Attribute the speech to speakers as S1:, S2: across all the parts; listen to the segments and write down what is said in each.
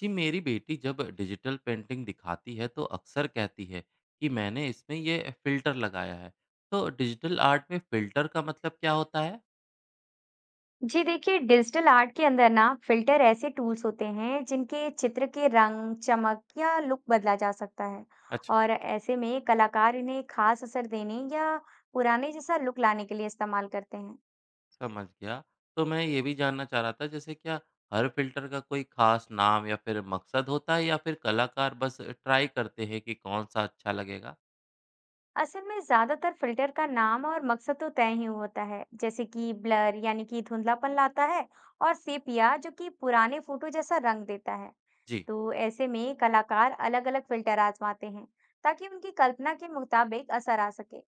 S1: जी, मेरी बेटी जब डिजिटल पेंटिंग दिखाती है तो अक्सर कहती है कि मैंने इसमें ये फिल्टर लगाया है। तो डिजिटल आर्ट में फिल्टर का मतलब क्या होता है?
S2: जी देखिए, डिजिटल आर्ट के अंदर ना फिल्टर ऐसे टूल्स होते हैं जिनके चित्र के रंग, चमक या लुक बदला जा सकता है।
S1: अच्छा।
S2: और ऐसे में कलाकार इन्हें खास असर देने या पुराने जैसा लुक लाने के लिए इस्तेमाल करते हैं।
S1: समझ गया। तो मैं ये भी जानना चाह रहा था, जैसे क्या हर फिल्टर का कोई खास नाम या फिर मकसद होता है, या फिर कलाकार बस ट्राई करते हैं कि कौन सा अच्छा लगेगा?
S2: असल में ज्यादातर फिल्टर का नाम और मकसद तो तय ही होता है, जैसे कि ब्लर यानी कि धुंधलापन लाता है, और सेपिया जो कि पुराने फोटो जैसा रंग देता है।
S1: जी।
S2: तो ऐसे में कलाकार अलग-अलग फिल्टर आजमाते हैं ताकि उनकी कल्पना के मुताबिक असर आ सके।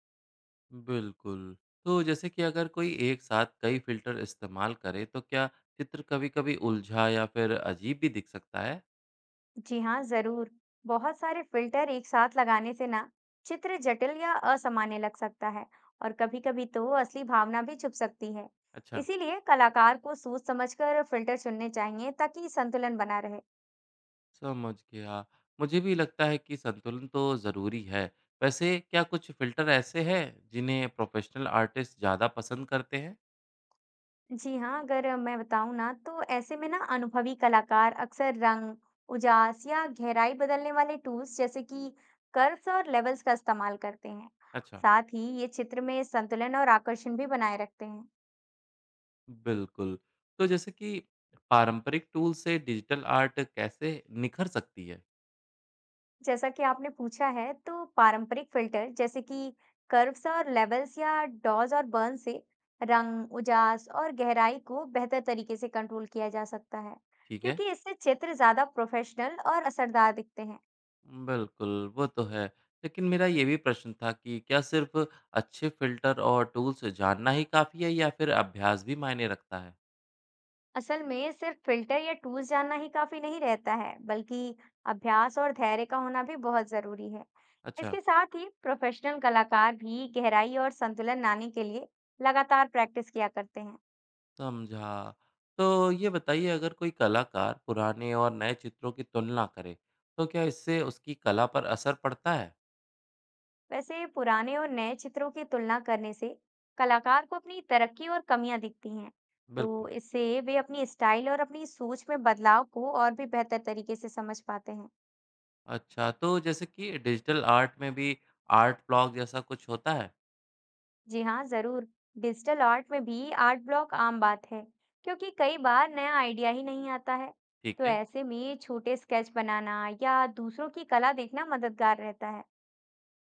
S1: बिल्कुल। तो जैसे कि अगर कोई एक साथ कई फिल्टर इस्तेमाल करे, तो क्या चित्र कभी कभी उलझा या फिर अजीब भी दिख सकता है?
S2: जी हाँ, जरूर। बहुत सारे फिल्टर एक साथ लगाने से ना चित्र जटिल या असामान्य लग सकता है, और कभी-कभी तो असली भावना भी छुप सकती है।
S1: अच्छा।
S2: इसीलिए कलाकार को सोच समझकर फिल्टर चुनने चाहिए ताकि संतुलन बना रहे।
S1: समझ गया। मुझे भी लगता है कि संतुलन तो ज़रूरी है। वैसे क्या कुछ फ़िल्टर ऐसे हैं जिन्हें प्रोफ़ेशनल आर्टिस्ट ज़्यादा पसंद करते हैं?
S2: जी हाँ, अगर मैं बताऊँ ना तो ऐसे में ना अनुभवी कलाकार अक्सर रंग, उजास या गहराई बदलने वाले टूल्स जैसे कि कर्व्स और लेवल्स का इस्तेमाल करते हैं।
S1: अच्छा।
S2: साथ ही ये चित्र में संतुलन और आकर्षण भी बनाए रखते हैं।
S1: बिल्कुल। तो जैसे कि पारंपरिक टूल से डिजिटल आर्ट कैसे निखर सकती है?
S2: जैसा कि आपने पूछा है, तो पारंपरिक फिल्टर जैसे कि कर्व्स और लेवल्स या डॉज और बर्न से रंग, उजास और गहराई को बेहतर तरीके से कंट्रोल किया जा सकता है,
S1: ठीक है।
S2: क्योंकि इससे चित्र ज्यादा प्रोफेशनल और असरदार दिखते हैं।
S1: बिल्कुल, वो तो है। लेकिन मेरा ये भी प्रश्न था कि क्या सिर्फ़ अच्छे फ़िल्टर और टूल्स जानना ही काफ़ी है, या फिर अभ्यास भी मायने रखता है?
S2: असल में सिर्फ फिल्टर या टूल्स जानना ही काफी नहीं रहता है, बल्कि अभ्यास और धैर्य का होना भी बहुत जरूरी है।
S1: अच्छा।
S2: इसके साथ ही प्रोफेशनल कलाकार भी गहराई और संतुलन लाने के लिए लगातार प्रैक्टिस किया करते हैं।
S1: समझा। तो ये बताइए, अगर कोई कलाकार पुराने और नए चित्रों की तुलना करे, तो क्या इससे उसकी कला पर असर पड़ता है?
S2: वैसे पुराने और नए चित्रों की तुलना करने से कलाकार को अपनी तरक्की और कमियां दिखती हैं,
S1: बिल्कुल।
S2: तो इससे वे अपनी स्टाइल और अपनी सोच में बदलाव को और भी बेहतर तरीके से समझ पाते हैं।
S1: अच्छा, तो जैसे कि डिजिटल आर्ट में भी आर्ट ब्लॉग जैसा कुछ होता है?
S2: जी हाँ, जरूर। डिजिटल आर्ट में भी आर्ट ब्लॉक आम बात है, क्योंकि कई बार नया आइडिया ही नहीं आता है।
S1: ठीक
S2: तो
S1: है,
S2: ऐसे में छोटे स्केच बनाना या दूसरों की कला देखना मददगार रहता है।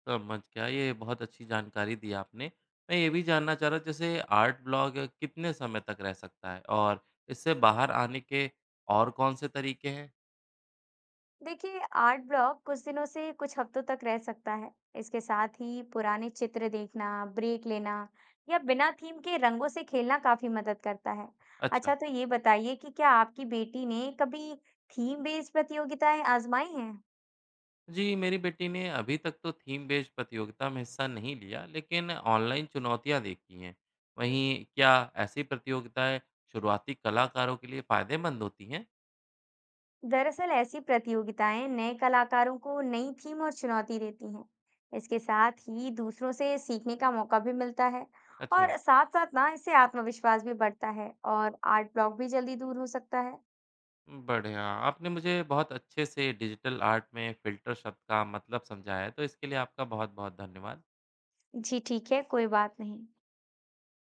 S1: समझ गया। ये बहुत अच्छी जानकारी दी आपने। मैं ये भी जानना चाह रहा, जैसे आर्ट ब्लॉग कितने समय तक रह सकता है, और इससे बाहर आने के और कौन से तरीके हैं?
S2: देखिए आर्ट ब्लॉक कुछ दिनों से कुछ हफ्तों तक रह सकता है। इसके साथ ही पुराने चित्र देखना, ब्रेक लेना या बिना थीम के रंगों से खेलना काफी मदद करता है।
S1: अच्छा।
S2: अच्छा, तो ये बताइए कि क्या आपकी बेटी ने कभी थीम बेस्ड प्रतियोगिताएं आजमाई हैं?
S1: जी, मेरी बेटी ने अभी तक तो थीम बेस्ड प्रतियोगिता में हिस्सा नहीं लिया, लेकिन ऑनलाइन चुनौतियां देखी हैं। वहीं क्या ऐसी प्रतियोगिताएं शुरुआती कलाकारों के लिए फायदेमंद होती हैं?
S2: दरअसल ऐसी प्रतियोगिताएं नए कलाकारों को नई थीम और चुनौती देती हैं। इसके साथ ही दूसरों से सीखने का मौका भी मिलता है,
S1: अच्छा।
S2: और साथ साथ ना इससे आत्मविश्वास भी बढ़ता है और आर्ट ब्लॉक भी जल्दी दूर हो सकता है।
S1: बढ़िया। आपने मुझे बहुत अच्छे से डिजिटल आर्ट में फिल्टर शब्द का मतलब समझाया है, तो इसके लिए आपका बहुत बहुत धन्यवाद।
S2: जी, ठीक है, कोई बात नहीं।